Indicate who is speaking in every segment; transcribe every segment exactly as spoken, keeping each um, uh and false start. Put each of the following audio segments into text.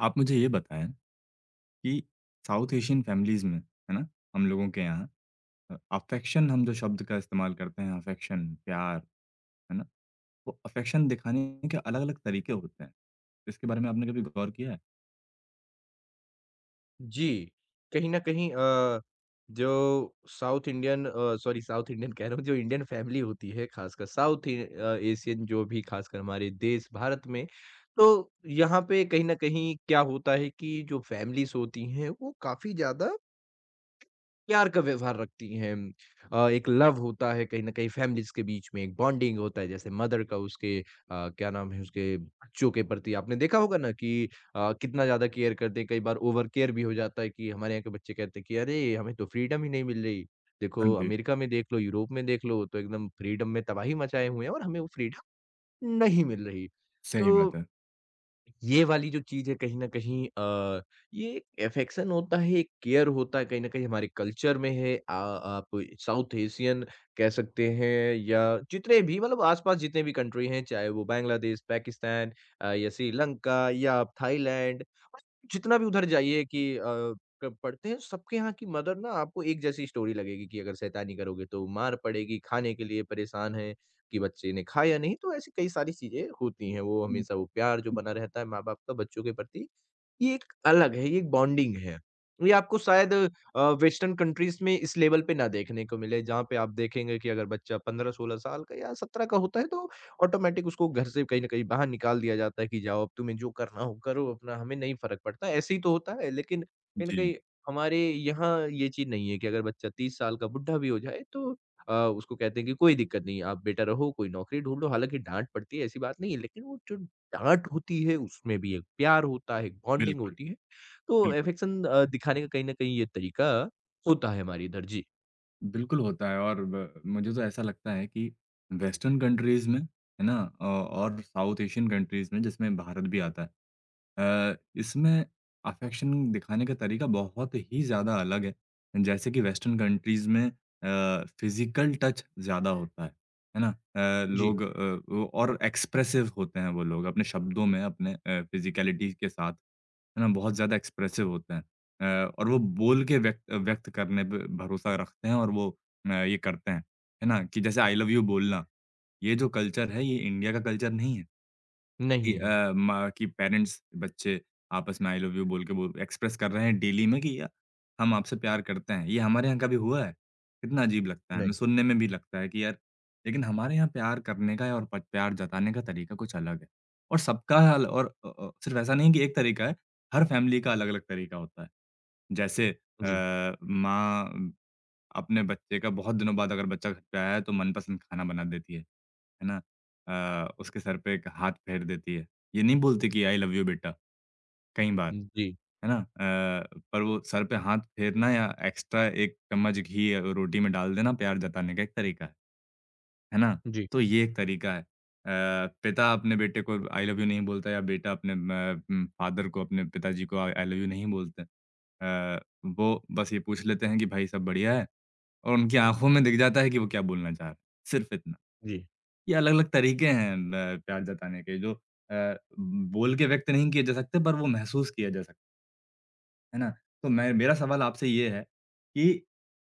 Speaker 1: आप मुझे ये बताएँ कि साउथ एशियन फैमिलीज़ में, है ना, हम लोगों के यहाँ अ, अफ़ेक्शन हम जो शब्द का इस्तेमाल करते हैं अफ़ेक्शन, प्यार, है ना? वो अफ़ेक्शन दिखाने के अलग-अलग तरीके होते हैं। इसके बारे में आपने कभी गौर किया है?
Speaker 2: जी, कहीं न कहीं अ, जो साउथ इंडियन अ, सॉरी साउथ इंडियन कह रहा हूँ, जो इंडियन फैमिली होती है खासकर साउथ इ अ, एशियन जो भी खासकर हमारे देश भारत में, तो यहाँ पे कहीं न कहीं क्या होता है कि जो फैमिलीज़ होती हैं, वो काफ़ी ज़्यादा प्यार का व्यवहार रखती हैं। अ, एक लव होता है कहीं न कहीं फैमिलीज़ के बीच में एक बॉन्डिंग होता है जैसे मदर का उसके अ, क्या नाम है उसके बच्चों के प्रति आपने देखा होगा ना कि अ, कितना ज़्यादा केयर करते हैं, कई बार ओवर केयर भी हो जाता है कि हमारे यहाँ के बच्चे कहते हैं कि अरे! हमें तो फ्रीडम ही नहीं मिल रही।
Speaker 1: हाँ
Speaker 2: देखो
Speaker 1: जी,
Speaker 2: अमेरिका में देख लो, यूरोप में देख लो तो एकदम फ्रीडम में तबाही मचाए हुए हैं और हमें वो फ्रीडम नहीं मिल रही।
Speaker 1: सही बात
Speaker 2: तो
Speaker 1: है।
Speaker 2: ये वाली जो चीज़ है कहीं न कहीं अ, ये एक अफेक्शन होता है, एक केयर होता है, कहीं न कहीं हमारे कल्चर में है। आ आप साउथ एशियन कह सकते हैं या जितने भी मतलब आस-पास जितने भी कंट्री हैं, चाहे वो बांग्लादेश, पाकिस्तान अ, या श्रीलंका या आप थाईलैंड, जितना भी उधर जाइए कि अ, क पढ़ते हैं, सबके यहाँ की मदर ना आपको एक जैसी स्टोरी लगेगी कि अगर शैतानी करोगे तो मार पड़ेगी, खाने के लिए परेशान हैं। कि बच्चे ने खाया नहीं, तो ऐसी कई सारी चीज़ें होती हैं। वो
Speaker 1: हुँ,
Speaker 2: हमेशा वो प्यार जो बना रहता है माँ-बाप का बच्चों के प्रति, ये एक अलग है, ये एक बॉन्डिंग है। ये आपको शायद अ, वेस्टर्न कंट्रीज़ में इस लेवल पे ना देखने को मिले, जहाँ पे आप देखेंगे कि अगर बच्चा पंद्रह सोलह साल का या सत्रह का होता है, तो ऑटोमैटिक उसको घर से कहीं न कहीं बाहर निकाल दिया जाता है कि जाओ अब तुम्हें जो करना हो करो अपना, हमें नहीं फ़र्क पड़ता। ऐसे ही तो होता है, लेकिन कहीं न
Speaker 1: जी,
Speaker 2: कहीं हमारे यहाँ ये चीज़ नहीं है कि अगर बच्चा तीस साल का बुड्ढा भी हो जाए, तो अ, उसको कहते हैं कि कोई दिक्कत नहीं, आप बेटा रहो, कोई नौकरी ढूँढ लो। हालाँकि डाँट पड़ती है, ऐसी बात नहीं है, लेकिन वो जो डाँट होती है, उसमें भी एक प्यार होता है, एक बॉन्डिंग
Speaker 1: बिल्कुल,
Speaker 2: होती है। तो
Speaker 1: बिल्कुल।
Speaker 2: अफेक्शन अ, दिखाने का कहीं न कहीं ये तरीका होता है हमारे इधर। जी,
Speaker 1: बिल्कुल होता है और ब मुझे तो ऐसा लगता है कि वेस्टर्न कंट्रीज़ में, है ना? अ, और साउथ एशियन कंट्रीज़ में जिसमें भारत भी आता है, अ, इसमें अफ़ेक्शन दिखाने का तरीका बहुत ही ज़्यादा अलग है। जैसे कि वेस्टर्न कंट्रीज़ में अ, फ़िज़िकल टच ज़्यादा होता है, है ना? अ,
Speaker 2: जी।
Speaker 1: लोग अ, वो और एक्सप्रेसिव होते हैं, वो लोग अपने शब्दों में, अपने अ, फ़िज़िकैलिटी के साथ, है ना? बहुत ज़्यादा एक्सप्रेसिव होते हैं। अ, और वो बोल के व्यक्त व्यक्त करने पे भरोसा रखते हैं और वो अ, ये करते हैं, है ना? कि जैसे आई लव यू बोलना, ये जो कल्चर है, ये इंडिया का कल्चर नहीं है। कि
Speaker 2: नहीं है,
Speaker 1: अ, माँ की पेरेंट्स, बच्चे आपस में आई लव यू बोल के वो एक्सप्रेस कर रहे हैं डेली में कि या- हम आपसे प्यार करते हैं। ये हमारे यहाँ कभी हुआ है? कितना अजीब लगता है, हमें
Speaker 2: नहीं।
Speaker 1: सुनने में भी लगता है कि यार, लेकिन हमारे यहाँ प्यार करने का और प प्यार जताने का तरीका कुछ अलग है। और सबका हल और अ अ, सिर्फ ऐसा नहीं कि एक तरीका है, हर फैमिली का अलग-अलग तरीका होता है। जैसे
Speaker 2: जी,
Speaker 1: अ, माँ अपने बच्चे का बहुत दिनों बाद अगर बच्चा घर पे आया है तो मनपसंद खाना बना देती है, है ना? अ, उसके सर पे एक हाथ फेर देती है। ये नहीं बोलती कि आई लव यू बेटा, कई बार,
Speaker 2: जी,
Speaker 1: है ना? अ, पर वो सर पे हाथ फेरना या एक्स्ट्रा एक चम्मच घी अ, रोटी में डाल देना प्यार जताने का एक तरीका है। है ना?
Speaker 2: जी,
Speaker 1: तो ये एक तरीका है। अ, पिता अपने बेटे को आई लव यू नहीं बोलता, या बेटा अपने म उम, फ़ादर को, अपने पिताजी को आई आई लव यू नहीं बोलते। अ, वो बस ये पूछ लेते हैं कि भाई सब बढ़िया है? और उनकी आँखों में दिख जाता है कि वो क्या बोलना चाह रहे हैं, सिर्फ़ इतना।
Speaker 2: जी।
Speaker 1: ये अलग-अलग तरीके हैं म प्यार जताने के, जो अ, बोल के व्यक्त नहीं किए जा सकते पर वो महसूस किया जा सकता है, है ना? तो मैं मेरा सवाल आपसे ये है कि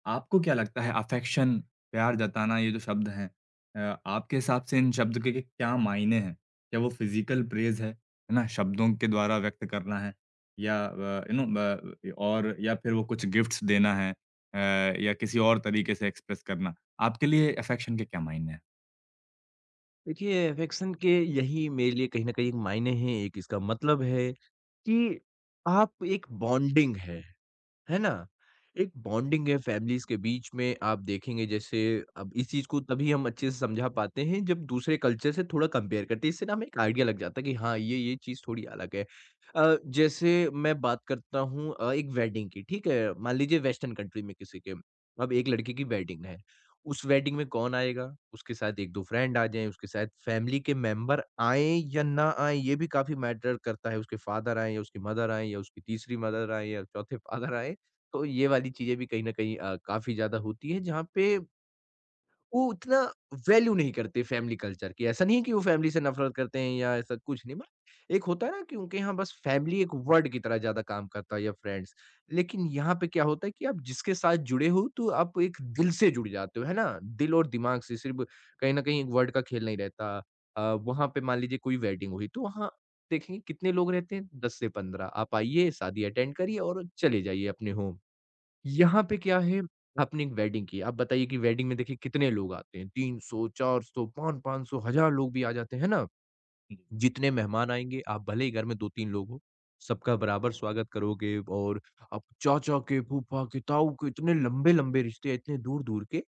Speaker 1: आपको क्या लगता है अफेक्शन, प्यार जताना ये जो शब्द हैं, अ, आपके हिसाब से इन शब्द के के क्या मायने हैं? क्या वो फिज़िकल प्रेज़ है, है ना? शब्दों के द्वारा व्यक्त करना है या अ, यू नो ब अ, और या फिर वो कुछ गिफ्ट्स देना है, अ, या किसी और तरीके से एक्सप्रेस करना। आपके लिए अफेक्शन के क्या मायने हैं?
Speaker 2: देखिए अफेक्शन के यही मेरे लिए कहीं न कहीं एक मायने हैं, एक इसका मतलब है कि आप एक बॉन्डिंग है। है ना? एक बॉन्डिंग है फैमिलीज़ के बीच में आप देखेंगे जैसे अब इस चीज़ को तभी हम अच्छे से समझा पाते हैं जब दूसरे कल्चर से थोड़ा कंपेयर करते हैं, इससे ना हमें एक आइडिया लग जाता है कि हाँ, ये, ये चीज़ थोड़ी अलग है। अ, जैसे मैं बात करता हूँ अ, एक वेडिंग की, ठीक है? मान लीजिए वेस्टर्न कंट्री में किसी के, अब एक लड़की की वेडिंग है। उस वेडिंग में कौन आएगा? उसके साथ एक दो फ्रेंड आ जाएँ, उसके साथ फैमिली के मेंबर आएँ या ना आएँ, ये भी काफ़ी मैटर करता है। उसके फादर आएँ या उसकी मदर आएँ या उसकी तीसरी मदर आएँ या चौथे फादर आएँ, तो ये वाली चीज़ें भी कहीं न कहीं अ, काफ़ी ज़्यादा होती है जहाँ पे वो उतना वैल्यू नहीं करते फैमिली कल्चर की। ऐसा नहीं है कि वो फैमिली से नफ़रत करते हैं या ऐसा कुछ नहीं, बट एक होता है ना कि उनके यहाँ बस फैमिली एक वर्ड की तरह ज़्यादा काम करता है या फ्रेंड्स। लेकिन यहाँ पे क्या होता है कि आप जिसके साथ जुड़े हो तो आप एक दिल से जुड़ जाते हो, है ना? दिल और दिमाग से सिर्फ़ कहीं न कहीं एक वर्ड का खेल नहीं रहता। अ, वहाँ पे मान लीजिए कोई वेडिंग हुई तो वहाँ देखेंगे कितने लोग रहते हैं दस से पंद्रह आप आइए, शादी अटेंड करिए और चले जाइए अपने होम। यहाँ पे क्या है, आपने एक वेडिंग की, आप बताइए कि वेडिंग में देखिए कितने लोग आते हैं, तीन सौ, चार सौ, पाँच सौ, पाँच सौ, हज़ार लोग भी आ जाते हैं, है ना?
Speaker 1: जी,
Speaker 2: जितने मेहमान आएँगे, आप भले ही घर में दो तीन लोग हो, सबका बराबर स्वागत करोगे और आप चाचा के, फूफा के, ताऊ के इतने लंबे-लंबे रिश्ते हैं, इतने दूर-दूर के,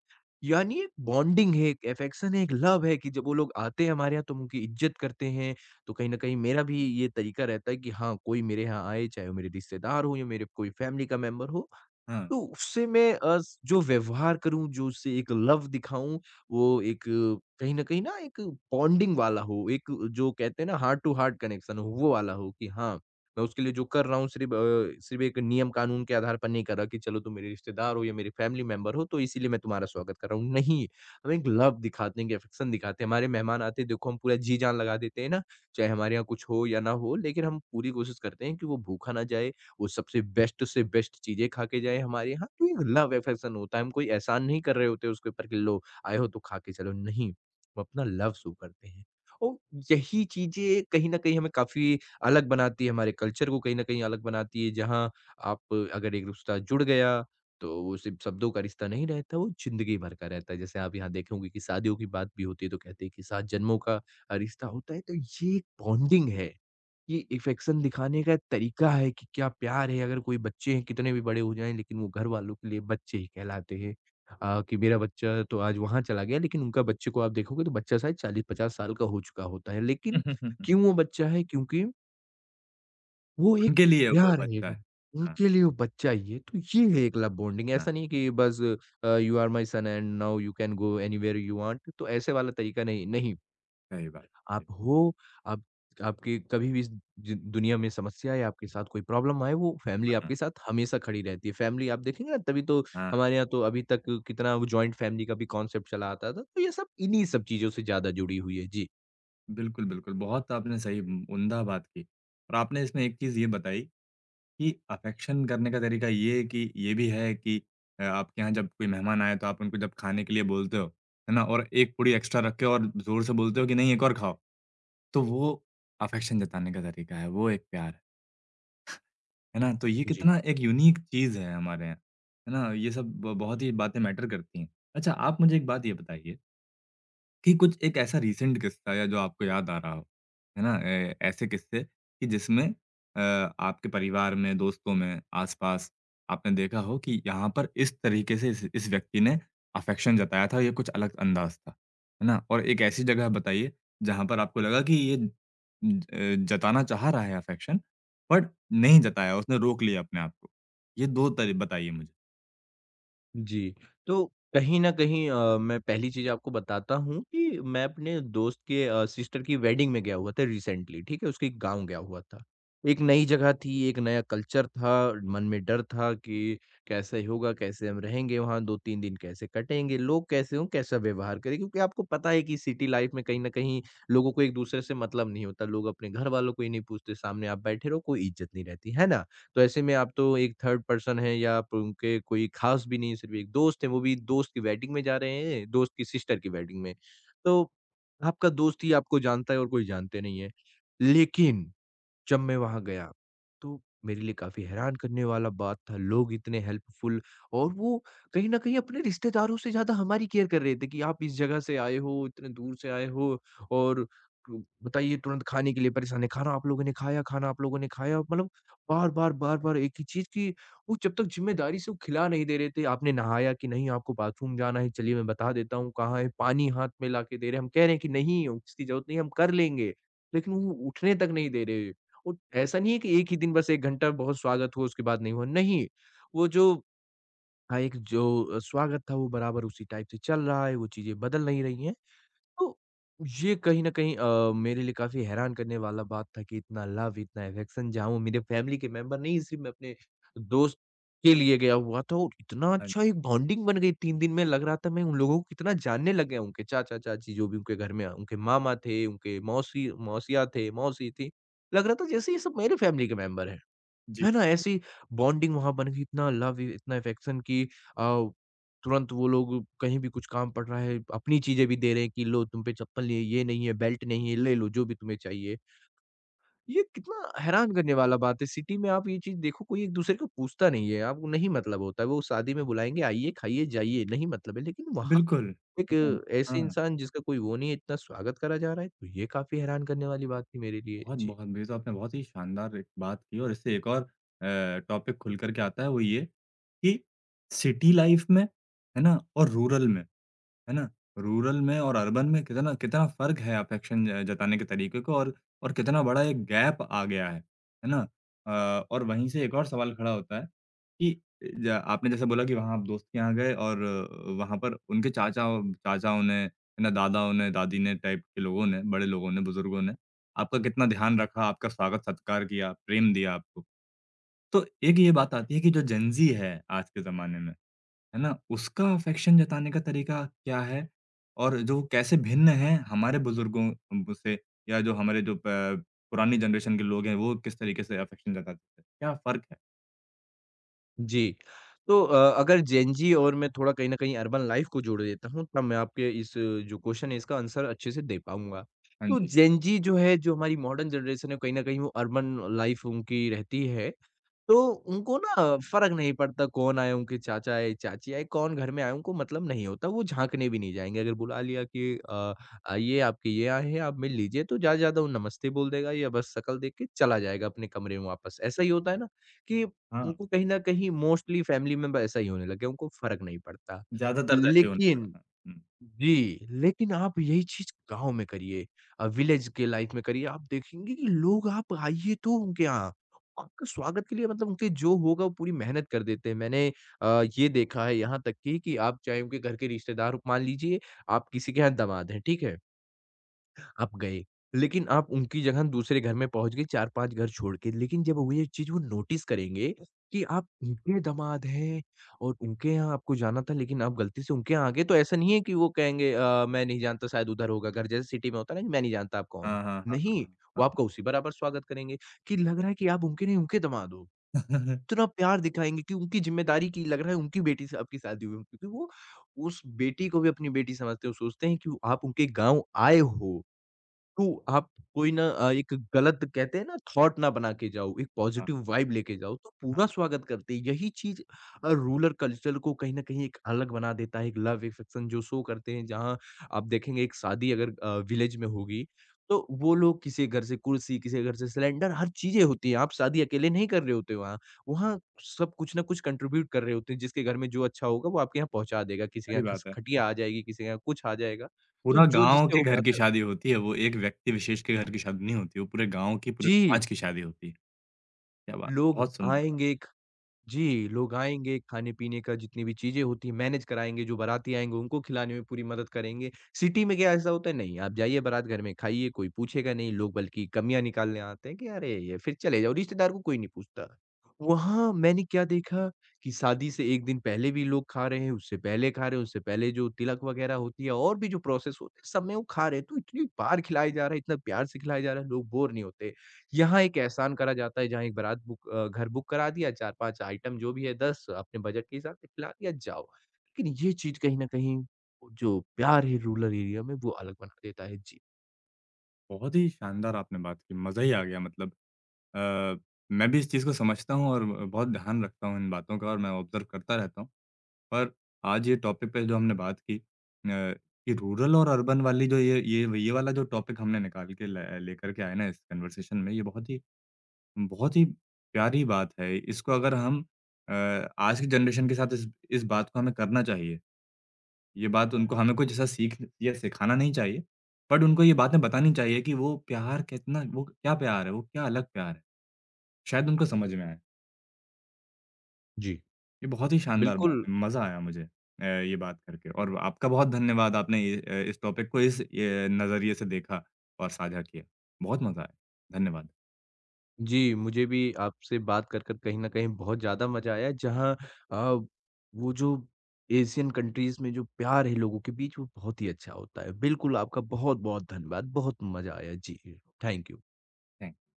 Speaker 2: यानी एक बॉन्डिंग है, एक अफेक्शन है, एक लव है कि जब वो लोग आते हैं हमारे यहाँ तो हम उनकी इज़्ज़त करते हैं। तो कहीं न कहीं मेरा भी ये तरीका रहता है कि हाँ, कोई मेरे यहाँ आए, चाहे वो मेरे रिश्तेदार हो या मेरे कोई फैमिली का मेंबर हो,
Speaker 1: हाँ।
Speaker 2: तो उससे मैं अ, स जो व्यवहार करूँ, जो उससे एक लव दिखाऊँ, वो एक अ, कहीं न कहीं ना एक बॉन्डिंग वाला हो, एक जो कहते हैं ना हार्ट टू हार्ट कनेक्शन हो, वो वाला हो कि हाँ, मैं उसके लिए जो कर रहा हूँ सिर्फ़ अ, सिर्फ़ एक नियम कानून के आधार पर नहीं कर रहा कि चलो तुम मेरे रिश्तेदार हो या मेरे फैमिली मेंबर हो, तो इसीलिए मैं तुम्हारा स्वागत कर रहा हूँ। नहीं, हम एक लव दिखाते हैं, एक अफेक्शन दिखाते हैं। हमारे मेहमान आते हैं, देखो हम पूरा जी-जान लगा देते हैं ना, चाहे हमारे यहाँ कुछ हो या ना हो, लेकिन हम पूरी कोशिश करते हैं कि वो भूखा ना जाए वो सबसे बेस्ट से बेस्ट चीज़ें खा के जाए हमारे यहाँ। तो ये लव अफेक्शन होता है, हम कोई एहसान नहीं कर रहे होते उसके ऊपर कि लो आए हो तो खा के चलो, नहीं। हम अपना लव शो करते हैं और यही चीज़ें कहीं न कहीं हमें काफ़ी अलग बनाती है, हमारे कल्चर को कहीं न कहीं अलग बनाती है, जहाँ आप अगर एक रिश्ता जुड़ गया, तो वो सिर्फ़ शब्दों का रिश्ता नहीं रहता, वो ज़िंदगी भर का रहता है। जैसे आप यहाँ देखे होंगे कि शादियों की बात भी होती है, तो कहते हैं कि सात जन्मों का अ, रिश्ता होता है, तो ये एक बॉन्डिंग है। ये अफेक्शन दिखाने का तरीका है कि क्या प्यार है, अगर कोई बच्चे हैं कितने भी बड़े हो जाएँ लेकिन वो घर वालों के लिए बच्चे ही कहलाते हैं। अ, कि मेरा बच्चा तो आज वहाँ चला गया लेकिन उनका बच्चे को आप देखोगे तो बच्चा शायद चालीस पचास साल का हो चुका होता है। लेकिन क्यों वो बच्चा है? क्योंकि वो एक
Speaker 1: उनके लिए वो
Speaker 2: प्यार है
Speaker 1: बच्चा
Speaker 2: एक
Speaker 1: है। हाँ,
Speaker 2: उनके लिए वो बच्चा ही है। तो ये है एक लव बॉन्डिंग
Speaker 1: हाँ,
Speaker 2: ऐसा नहीं कि बस अ, you are my son and now you can go anywhere you want तो ऐसे वाला तरीका नहीं, नहीं।
Speaker 1: सही बात।
Speaker 2: आप हो, आप आपके कभी भी इस जि दुनिया में समस्या या आपके साथ कोई प्रॉब्लम आए वो फैमिली
Speaker 1: हाँ,
Speaker 2: आपके साथ हमेशा खड़ी रहती है। फैमिली आप देखेंगे ना तभी तो
Speaker 1: हाँ,
Speaker 2: हमारे यहाँ तो अभी तक कितना वो जॉइंट फैमिली का भी कॉन्सेप्ट चला आता था। तो ये सब इन्हीं सब चीज़ों से ज़्यादा जुड़ी हुई है। जी।
Speaker 1: बिल्कुल, बिल्कुल। बहुत आपने सही उम्दा बात की और आपने इसमें एक चीज़ ये बताई कि अफेक्शन करने का तरीका ये है कि ये भी है कि अ, आपके यहाँ जब कोई मेहमान आए तो आप उनको जब खाने के लिए बोलते हो, है ना? और एक पूड़ी एक्स्ट्रा रख के और ज़ोर से बोलते हो कि नहीं एक और खाओ, तो वो अफेक्शन जताने का तरीका है, वो एक प्यार है, है ना? तो ये
Speaker 2: जी।
Speaker 1: कितना एक यूनिक चीज़ है हमारे यहाँ, है ना? ये सब ब बहुत ही बातें मैटर करती हैं। अच्छा, आप मुझे एक बात ये बताइए कि कुछ एक ऐसा रीसेंट किस्सा या जो आपको याद आ रहा हो, है ना? ए ऐसे किस्से कि जिसमें अ, आपके परिवार में, दोस्तों में, आस-पास आपने देखा हो कि यहाँ पर इस तरीके से इस इस व्यक्ति ने अफ़ेक्शन जताया था, ये कुछ अलग अंदाज़ था। है ना? और एक ऐसी जगह बताइए जहाँ पर आपको लगा कि ये ज अ, जताना चाह रहा है अफ़ेक्शन, बट नहीं जताया, उसने रोक लिया अपने आप को। ये दो तरी बताइए मुझे।
Speaker 2: जी, तो कहीं न कहीं अ, मैं पहली चीज़ आपको बताता हूँ कि मैं अपने दोस्त के अ, सिस्टर की वेडिंग में गया हुआ था रिसेंटली, ठीक है? उसके गाँव गया हुआ था। एक नई जगह थी, एक नया कल्चर था, मन में डर था कि कैसे होगा, कैसे हम रहेंगे वहाँ, दो तीन दिन कैसे कटेंगे, लोग कैसे हों, कैसा व्यवहार करें? क्योंकि आपको पता है कि सिटी लाइफ़ में कहीं न कहीं लोगों को एक-दूसरे से मतलब नहीं होता, लोग अपने घरवालों को ही नहीं पूछते, सामने आप बैठे रहो, कोई इज़्ज़त नहीं रहती, है ना? तो ऐसे में आप तो एक थर्ड पर्सन हैं या आप उनके कोई ख़ास भी नहीं, सिर्फ़ एक दोस्त है, वो भी दोस्त की वेडिंग में जा रहे हैं, दोस्त की सिस्टर की वेडिंग में। तो आपका दोस्त ही आपको जानता है और कोई जानते नहीं है। लेकिन जब मैं वहाँ गया, तो मेरे लिए काफ़ी हैरान करने वाला बात था, लोग इतने हेल्पफुल और वो कहीं न कहीं अपने रिश्तेदारों से ज़्यादा हमारी केयर कर रहे थे कि आप इस जगह से आए हो, इतने दूर से आए हो और क बताइए तुरंत खाने के लिए परेशान है, खाना आप लोगों ने खाया खाना आप लोगों ने खाया? मतलब बार-बार, बार-बार एक ही चीज़ कि वो जब तक ज़िम्मेदारी से वो खिला नहीं दे रहे थे, आपने नहाया कि नहीं? आपको बाथरूम जाना है, चलिए मैं बता देता हूँ कहाँ है। पानी हाथ में लाके दे रहे हैं, हम कह रहे हैं कि नहीं, इसकी ज़रूरत नहीं है, हम कर लेंगे, लेकिन वो उठने तक नहीं दे रहे। उट ऐसा नहीं है कि एक ही दिन बस एक घंटा बहुत स्वागत हुआ उसके बाद नहीं हुआ, नहीं। वो जो हाँ, एक जो स्वागत था वो बराबर उसी टाइप से चल रहा है, वो चीज़ें बदल नहीं रही हैं। तो ये कहीं न कहीं अ, मेरे लिए काफ़ी हैरान करने वाला बात था कि इतना लव, इतना अफेक्शन जहाँ वो मेरे फैमिली के मेंबर नहीं, सिर्फ मैं अपने दोस्त के लिए गया हुआ था और इतना
Speaker 1: हाँ जी।
Speaker 2: अच्छा एक बॉन्डिंग बन गई। तीन दिन में लग रहा था मैं उन लोगों को कितना जानने लग गया, उनके चाचा-चाची जो भी उनके घर में, उनके मामा थे, उनके मौसी मौसियाँ थे, मौसी थी। लग रहा था जैसे ये सब मेरे फैमिली के मेंबर हैं।
Speaker 1: जी।
Speaker 2: है ना? ऐसी बॉन्डिंग वहाँ बन गई, इतना लव, इतना अफेक्शन कि अ, तुरंत वो लोग कहीं भी कुछ काम पड़ रहा है, अपनी चीज़ें भी दे रहे हैं कि लो तुम पे चप्पल नहीं है, ये नहीं है, बेल्ट नहीं है, ले लो जो भी तुम्हें चाहिए। ये कितना हैरान करने वाला बात है, सिटी में आप ये चीज़ देखो कोई एक-दूसरे को पूछता नहीं है, आपको नहीं मतलब होता है। वो शादी में बुलाएँगे आइए, खाइए, जाइए, नहीं मतलब है। लेकिन वहाँ
Speaker 1: बिल्कुल।
Speaker 2: एक
Speaker 1: मैं
Speaker 2: ऐसे
Speaker 1: हाँ।
Speaker 2: इंसान जिसका कोई वो नहीं है, इतना स्वागत करा जा रहा है, तो ये काफ़ी हैरान करने वाली बात थी मेरे लिए। जी।
Speaker 1: बहुत-बहुत बेशक आपने बहुत ही शानदार एक बात की और इससे एक और अ, टॉपिक खुल कर के आता है, वो ये कि सिटी लाइफ़ में, है ना? और रूरल में, है ना? रूरल में और अर्बन में कितना कितना फ़र्क है अफेक्शन अ, जताने के तरीके को, और और कितना बड़ा एक गैप आ गया है, है ना? अ, और वहीं से एक और सवाल खड़ा होता है कि ज आपने जैसे बोला कि वहाँ आप दोस्त के यहाँ गए और अ, वहाँ पर उनके चाचा चाचाओं ने, है ना, दादाओं ने, दादी ने टाइप के लोगों ने, बड़े लोगों ने, बुज़ुर्गों ने आपका कितना ध्यान रखा, आपका स्वागत-सत्कार किया, प्रेम दिया आपको। तो एक ये बात आती है कि जो जेन ज़ी है आज के ज़माने में, है ना? उसका अफ़ेक्शन जताने का तरीका क्या है? और जो वो कैसे भिन्न है हमारे बुज़ुर्गों उम, से, या जो हमारे जो प पुरानी जनरेशन के लोग हैं, वो किस तरीके से अफ़ेक्शन जताते थे? क्या फ़र्क है?
Speaker 2: जी। तो अ, अगर जेन ज़ी और मैं थोड़ा कहीं न कहीं अर्बन लाइफ़ को जोड़ देता हूँ, तब मैं आपके इस जो क्वेश्चन है, इसका आंसर अच्छे से दे पाऊँगा।
Speaker 1: हाँ
Speaker 2: तो
Speaker 1: जी।
Speaker 2: जेन ज़ी जो है, जो हमारी मॉडर्न जनरेशन है, कहीं न कहीं वो अर्बन लाइफ़ उनकी रहती है। तो उनको ना फ़र्क नहीं पड़ता कौन आए, उनके चाचा आए, चाची आए, कौन घर में आए, उनको मतलब नहीं होता, वो झाँकने भी नहीं जाएँगे। अगर बुला लिया कि अ, आइए आपके ये आए हैं, आप मिल लीजिए, तो ज़्यादा से ज़्यादा वो नमस्ते बोल देगा या बस शक्ल देख के चला जाएगा अपने कमरे में वापस। ऐसा ही होता है ना कि
Speaker 1: हाँ,
Speaker 2: उनको कहीं न कहीं मोस्टली फैमिली में ब ऐसा ही होने लग गया, उनको फ़र्क नहीं पड़ता।
Speaker 1: ज़्यादातर तो ऐसे ही होने
Speaker 2: लेकिन
Speaker 1: लगा है। हुँ।
Speaker 2: जी, लेकिन आप यही चीज़ गाँव में करिए, अ, विलेज के लाइफ़ में करिए, आप देखेंगे कि लोग आप आइए तो उनके यहाँ, आपके स्वागत के लिए मतलब उनके जो होगा वो पूरी मेहनत कर देते हैं। मैंने अ, ये देखा है यहाँ तक कि, कि आप चाहे उनके घर के रिश्तेदार मान लीजिए, आप किसी के यहाँ दमाद हैं, ठीक है? आप गए, लेकिन आप उनकी जगह दूसरे घर में पहुँच गए चार पाँच घर छोड़ के, लेकिन जब वो ये चीज़ वो नोटिस करेंगे कि आप उनके दामाद हैं और उनके यहाँ आपको जाना था लेकिन आप गलती से उनके यहाँ आ गए, तो ऐसा नहीं है कि वो कहेंगे अ, मैं नहीं जानता शायद उधर होगा घर, जैसे सिटी में होता है ना कि मैं नहीं जानता आप कौन हो?
Speaker 1: हाँ, हाँ, हाँ।
Speaker 2: नहीं, वो आपका उसी बराबर स्वागत करेंगे कि लग रहा है कि आप उनके नहीं उनके दामाद हो। इतना प्यार दिखाएँगे कि उनकी ज़िम्मेदारी की लग रहा है उनकी बेटी से आपकी शादी हुई, क्योंकि वो उस बेटी को भी अपनी बेटी समझते हैं, वो सोचते हैं कि आप उनके गाँव आए हो। तो आप कोई ना अ, एक गलत कहते हैं ना थॉट ना बना के जाओ, एक
Speaker 1: हाँ,
Speaker 2: पॉजिटिव वाइब लेके जाओ तो पूरा स्वागत करते हैं। यही चीज़ अ, रूरल कल्चर को कहीं न कहीं एक अलग बना देता है, एक लव अफेक्शन जो शो करते हैं जहाँ आप देखेंगे एक शादी अगर अ, विलेज में होगी, तो वो लोग किसी के घर से कुर्सी, किसी के घर से सिलेंडर हर चीज़ें होती हैं। आप शादी अकेले नहीं कर रहे होते वहाँ, वहाँ सब कुछ ना कुछ कंट्रीब्यूट कर रहे होते हैं, जिसके घर में जो अच्छा होगा वो आपके यहाँ पहुँचा देगा, किसी के
Speaker 1: सही
Speaker 2: यहाँ खस
Speaker 1: बात है।
Speaker 2: खटिया आ जाएगी, किसी के यहाँ कुछ आ जाएगा। तो
Speaker 1: पूरा
Speaker 2: जो
Speaker 1: गाँव
Speaker 2: जिससे
Speaker 1: के
Speaker 2: हो
Speaker 1: घर की
Speaker 2: पाता
Speaker 1: शादी होती है, वो एक व्यक्ति विशेष के घर की शादी नहीं होती, वो पूरे गाँव की, पूरे
Speaker 2: जी।
Speaker 1: समाज की शादी होती है। क्या बात!
Speaker 2: लोग
Speaker 1: बहुत सुंदर बात!
Speaker 2: आएँगे ख जी, लोग आएँगे, खाने-पीने का जितनी भी चीज़ें होती हैं मैनेज कराएँगे, जो बाराती आएँगे उनको खिलाने में पूरी मदद करेंगे। सिटी में क्या ऐसा होता है? नहीं, आप जाइए बारात घर में खाइए, कोई पूछेगा नहीं, लोग बल्कि कमियाँ निकालने आते हैं कि अरे! ये फिर चले जाओ, रिश्तेदार को कोई नहीं पूछता। वहाँ मैंने क्या देखा कि शादी से एक दिन पहले भी लोग खा रहे हैं, उससे पहले खा रहे हैं, उससे पहले जो तिलक वगैरह होती है और भी जो प्रोसेस होते हैं सब में वो खा रहे हैं। तो इतनी बार खिलाया जा रहा है, इतना प्यार से खिलाया जा रहा है, लोग बोर नहीं होते। यहाँ एक एहसान करा जाता है जहाँ एक बारात बुक अ, घर बुक करा दिया चार पाँच आइटम जो भी है दस अपने बजट के हिसाब से खिला दिया जाओ। लेकिन ये चीज़ कहीं न कहीं वो जो प्यार है रूरल एरिया में वो अलग बना देता है। जी।
Speaker 1: बहुत ही शानदार आपने बात की, मज़ा ही आ गया मतलब। अ, मैं भी इस चीज़ को समझता हूँ और बहुत ध्यान रखता हूँ इन बातों का, और मैं ऑब्ज़र्व करता रहता हूँ। पर आज ये टॉपिक पे जो हमने बात की, अ, कि रूरल और अर्बन वाली जो ये ये ये वाला जो टॉपिक हमने निकाल के ल लेकर के आए ना इस कन्वर्सेशन में, ये बहुत ही बहुत ही प्यारी बात है। इसको अगर हम अ, आज की जनरेशन के साथ इस इस बात को हमें करना चाहिए। ये बात उनको हमें कुछ ऐसा सीख या सिखाना नहीं चाहिए, बट उनको ये बातें बतानी चाहिए कि वो प्यार कितना, वो क्या प्यार है, वो क्या अलग प्यार है। शायद उनको समझ में आए।
Speaker 2: जी।
Speaker 1: ये बहुत ही शानदार बात
Speaker 2: बिल्कुल,
Speaker 1: है, मज़ा आया मुझे अ, ये बात करके, और आपका बहुत धन्यवाद, आपने ये अ, इस टॉपिक को इस ये नज़रिए से देखा और साझा किया। बहुत मज़ा आया। धन्यवाद।
Speaker 2: जी मुझे भी आपसे बात कर कर कहीं न कहीं बहुत ज़्यादा मज़ा आया जहाँ अ, वो जो एशियन कंट्रीज़ में जो प्यार है लोगों के बीच वो बहुत ही अच्छा होता है। बिल्कुल आपका बहुत-बहुत धन्यवाद। बहुत मज़ा आया। जी, थैंक यू।
Speaker 1: थैंक